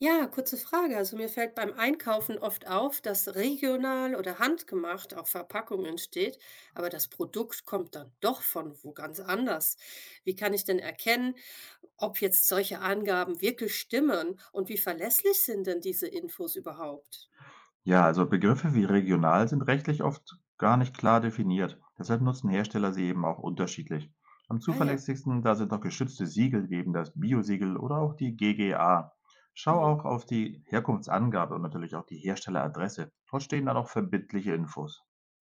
Ja, kurze Frage. Also mir fällt beim Einkaufen oft auf, dass regional oder handgemacht auf Verpackungen steht, aber das Produkt kommt dann doch von wo ganz anders. Wie kann ich denn erkennen, ob jetzt solche Angaben wirklich stimmen und wie verlässlich sind denn diese Infos überhaupt? Ja, also Begriffe wie regional sind rechtlich oft gar nicht klar definiert. Deshalb nutzen Hersteller sie eben auch unterschiedlich. Am Ah ja. zuverlässigsten, da sind noch geschützte Siegel wie eben das Biosiegel oder auch die GGA. Schau Mhm. auch auf die Herkunftsangabe und natürlich auch die Herstelleradresse. Dort stehen dann auch verbindliche Infos.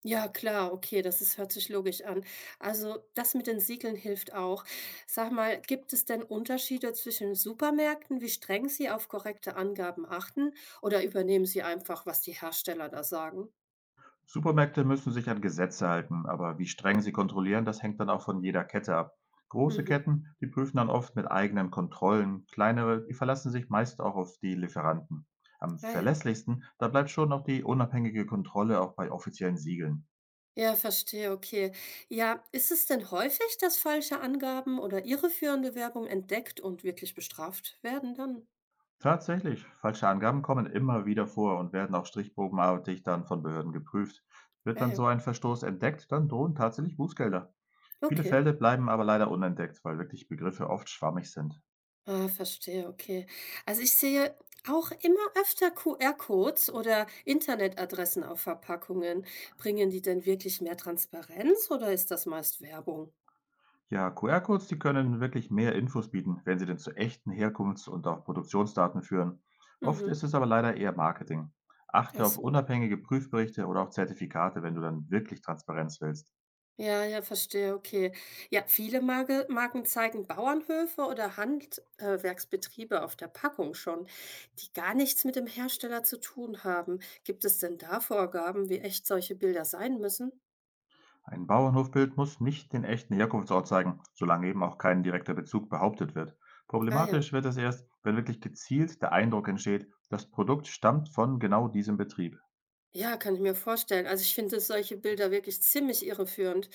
Ja, klar, okay, das ist hört sich logisch an. Also, das mit den Siegeln hilft auch. Sag mal, gibt es denn Unterschiede zwischen Supermärkten, wie streng sie auf korrekte Angaben achten, oder übernehmen sie einfach, was die Hersteller da sagen? Supermärkte müssen sich an Gesetze halten, aber wie streng sie kontrollieren, das hängt dann auch von jeder Kette ab. Große Mhm. Ketten, die prüfen dann oft mit eigenen Kontrollen, kleinere, die verlassen sich meist auch auf die Lieferanten. Am Ah ja. verlässlichsten, da bleibt schon noch die unabhängige Kontrolle auch bei offiziellen Siegeln. Ja, verstehe, okay. Ja, ist es denn häufig, dass falsche Angaben oder irreführende Werbung entdeckt und wirklich bestraft werden dann? Tatsächlich, falsche Angaben kommen immer wieder vor und werden auch stichprobenartig dann von Behörden geprüft. Wird Ja, dann ja. so ein Verstoß entdeckt, dann drohen tatsächlich Bußgelder. Viele Okay. Fälle bleiben aber leider unentdeckt, weil wirklich Begriffe oft schwammig sind. Ah, verstehe, okay. Also ich sehe auch immer öfter QR-Codes oder Internetadressen auf Verpackungen. Bringen die denn wirklich mehr Transparenz oder ist das meist Werbung? Ja, QR-Codes, die können wirklich mehr Infos bieten, wenn sie denn zu echten Herkunfts- und auch Produktionsdaten führen. Oft Mhm. ist es aber leider eher Marketing. Achte Ach auf so. unabhängige Prüfberichte oder auch Zertifikate, wenn du dann wirklich Transparenz willst. Ja, ja, verstehe, okay. Ja, viele Marken zeigen Bauernhöfe oder Handwerksbetriebe auf der Packung schon, die gar nichts mit dem Hersteller zu tun haben. Gibt es denn da Vorgaben, wie echt solche Bilder sein müssen? Ein Bauernhofbild muss nicht den echten Herkunftsort zeigen, solange eben auch kein direkter Bezug behauptet wird. Ah ja. Problematisch wird es erst, wenn wirklich gezielt der Eindruck entsteht, das Produkt stammt von genau diesem Betrieb. Ja, kann ich mir vorstellen. Also, ich finde solche Bilder wirklich ziemlich irreführend.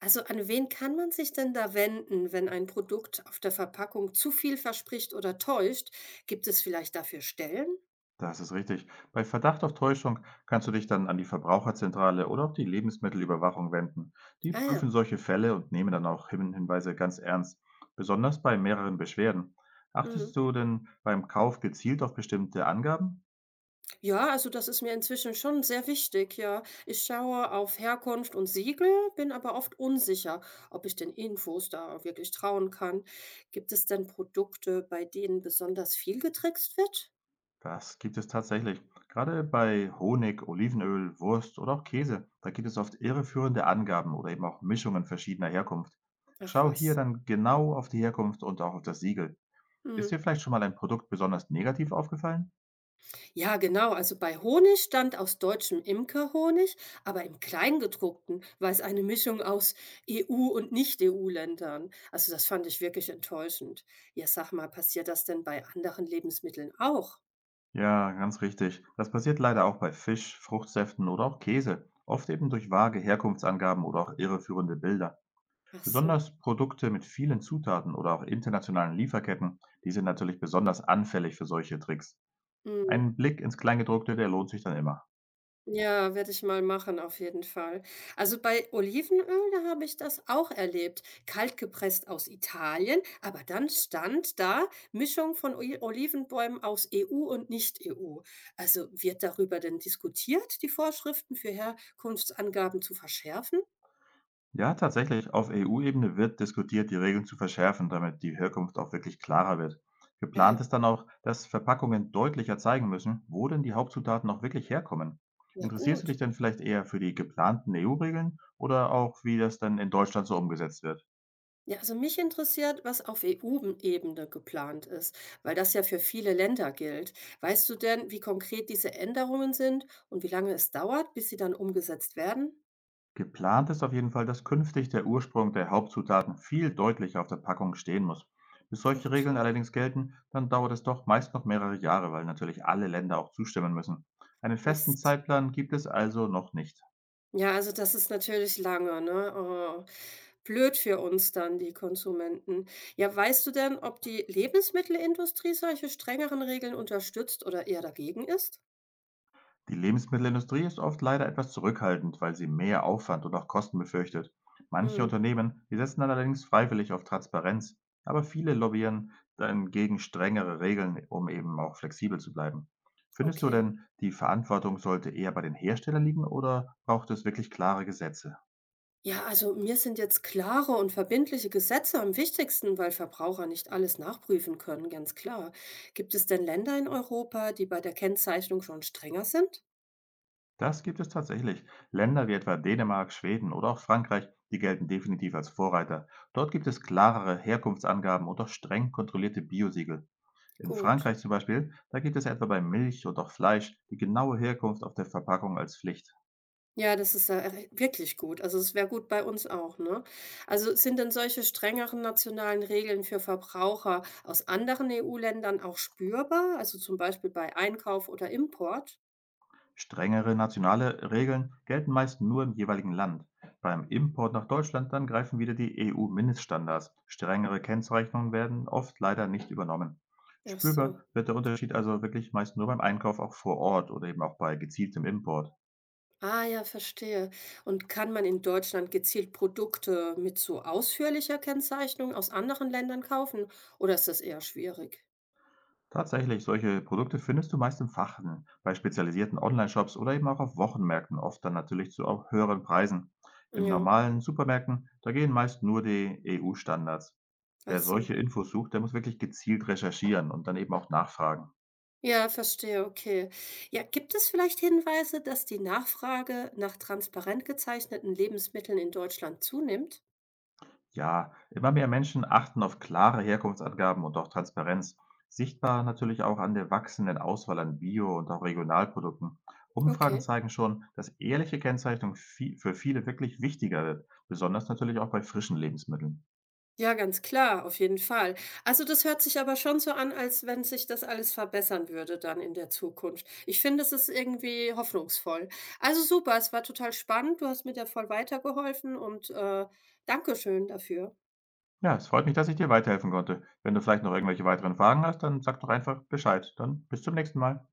Also, an wen kann man sich denn da wenden, wenn ein Produkt auf der Verpackung zu viel verspricht oder täuscht? Gibt es vielleicht dafür Stellen? Das ist richtig. Bei Verdacht auf Täuschung kannst du dich dann an die Verbraucherzentrale oder auch die Lebensmittelüberwachung wenden. Die Ah ja. prüfen solche Fälle und nehmen dann auch Hinweise ganz ernst, besonders bei mehreren Beschwerden. Mhm. Achtest du denn beim Kauf gezielt auf bestimmte Angaben? Ja, also das ist mir inzwischen schon sehr wichtig, ja. Ich schaue auf Herkunft und Siegel, bin aber oft unsicher, ob ich den Infos da wirklich trauen kann. Gibt es denn Produkte, bei denen besonders viel getrickst wird? Das gibt es tatsächlich. Gerade bei Honig, Olivenöl, Wurst oder auch Käse, da gibt es oft irreführende Angaben oder eben auch Mischungen verschiedener Herkunft. Ach Schau hier was. dann genau auf die Herkunft und auch auf das Siegel. Ist Mhm. dir vielleicht schon mal ein Produkt besonders negativ aufgefallen? Ja, genau. Also bei Honig stand aus deutschem Imkerhonig, aber im Kleingedruckten war es eine Mischung aus EU- und Nicht-EU-Ländern. Also das fand ich wirklich enttäuschend. Ja, sag mal, passiert das denn bei anderen Lebensmitteln auch? Ja, ganz richtig. Das passiert leider auch bei Fisch, Fruchtsäften oder auch Käse, oft eben durch vage Herkunftsangaben oder auch irreführende Bilder. Ach so. Besonders Produkte mit vielen Zutaten oder auch internationalen Lieferketten, die sind natürlich besonders anfällig für solche Tricks. Mm. Ein Blick ins Kleingedruckte, der lohnt sich dann immer. Ja, werde ich mal machen auf jeden Fall. Also bei Olivenöl, da habe ich das auch erlebt. Kaltgepresst aus Italien, aber dann stand da Mischung von Olivenbäumen aus EU und Nicht-EU. Also wird darüber denn diskutiert, die Vorschriften für Herkunftsangaben zu verschärfen? Ja, tatsächlich. Auf EU-Ebene wird diskutiert, die Regeln zu verschärfen, damit die Herkunft auch wirklich klarer wird. Ja, ja, Geplant ist dann auch, dass Verpackungen deutlicher zeigen müssen, wo denn die Hauptzutaten auch wirklich herkommen. ja Interessierst du gut. dich denn vielleicht eher für die geplanten EU-Regeln oder auch, wie das dann in Deutschland so umgesetzt wird? Ja, also mich interessiert, was auf EU-Ebene geplant ist, weil das ja für viele Länder gilt. Weißt du denn, wie konkret diese Änderungen sind und wie lange es dauert, bis sie dann umgesetzt werden? Geplant ist auf jeden Fall, dass künftig der Ursprung der Hauptzutaten viel deutlicher auf der Packung stehen muss. Bis solche Gut. Regeln allerdings gelten, dann dauert es doch meist noch mehrere Jahre, weil natürlich alle Länder auch zustimmen müssen. Einen festen Mist. Zeitplan gibt es also noch nicht. Ja, also das ist natürlich lange, ne? Oh, blöd für uns dann, die Konsumenten. Ja, weißt du denn, ob die Lebensmittelindustrie solche strengeren Regeln unterstützt oder eher dagegen ist? Die Lebensmittelindustrie ist oft leider etwas zurückhaltend, weil sie mehr Aufwand und auch Kosten befürchtet. Manche Hm, Unternehmen, die setzen dann allerdings freiwillig auf Transparenz, aber viele lobbyieren dann gegen strengere Regeln, um eben auch flexibel zu bleiben. Findest du okay. denn, die Verantwortung sollte eher bei den Herstellern liegen oder braucht es wirklich klare Gesetze? Ja, also mir sind jetzt klare und verbindliche Gesetze am wichtigsten, weil Verbraucher nicht alles nachprüfen können, ganz klar. Gibt es denn Länder in Europa, die bei der Kennzeichnung schon strenger sind? Das gibt es tatsächlich. Länder wie etwa Dänemark, Schweden oder auch Frankreich, die gelten definitiv als Vorreiter. Dort gibt es klarere Herkunftsangaben und auch streng kontrollierte Biosiegel. In Gut. Frankreich zum Beispiel, da gibt es etwa bei Milch und auch Fleisch die genaue Herkunft auf der Verpackung als Pflicht. Ja, das ist ja wirklich gut. Also es wäre gut bei uns auch, ne? Also sind denn solche strengeren nationalen Regeln für Verbraucher aus anderen EU-Ländern auch spürbar? Also zum Beispiel bei Einkauf oder Import? Strengere nationale Regeln gelten meist nur im jeweiligen Land. Beim Import nach Deutschland dann greifen wieder die EU-Mindeststandards. Strengere Kennzeichnungen werden oft leider nicht übernommen. Ach Spürbar so. wird der Unterschied also wirklich meist nur beim Einkauf auch vor Ort oder eben auch bei gezieltem Import. Ah ja, verstehe. Und kann man in Deutschland gezielt Produkte mit so ausführlicher Kennzeichnung aus anderen Ländern kaufen? Oder ist das eher schwierig? Tatsächlich, solche Produkte findest du meist im Fachhandel, bei spezialisierten Online-Shops oder eben auch auf Wochenmärkten, oft dann natürlich zu auch höheren Preisen. Im Ja, normalen Supermärkten, da gehen meist nur die EU-Standards. ach Wer solche so. Infos sucht, der muss wirklich gezielt recherchieren und dann eben auch nachfragen. Ja, verstehe, okay. Ja, gibt es vielleicht Hinweise, dass die Nachfrage nach transparent gezeichneten Lebensmitteln in Deutschland zunimmt? Ja, immer mehr Menschen achten auf klare Herkunftsangaben und auch Transparenz. Sichtbar natürlich auch an der wachsenden Auswahl an Bio- und auch Regionalprodukten. Umfragen Okay. zeigen schon, dass ehrliche Kennzeichnung für viele wirklich wichtiger wird, besonders natürlich auch bei frischen Lebensmitteln. Ja, ganz klar, auf jeden Fall. Also, das hört sich aber schon so an, als wenn sich das alles verbessern würde dann in der Zukunft. Ich finde, es ist irgendwie hoffnungsvoll. Also super, es war total spannend. Du hast mir da voll weitergeholfen und danke schön dafür. Ja, es freut mich, dass ich dir weiterhelfen konnte. Wenn du vielleicht noch irgendwelche weiteren Fragen hast, dann sag doch einfach Bescheid. Dann bis zum nächsten Mal.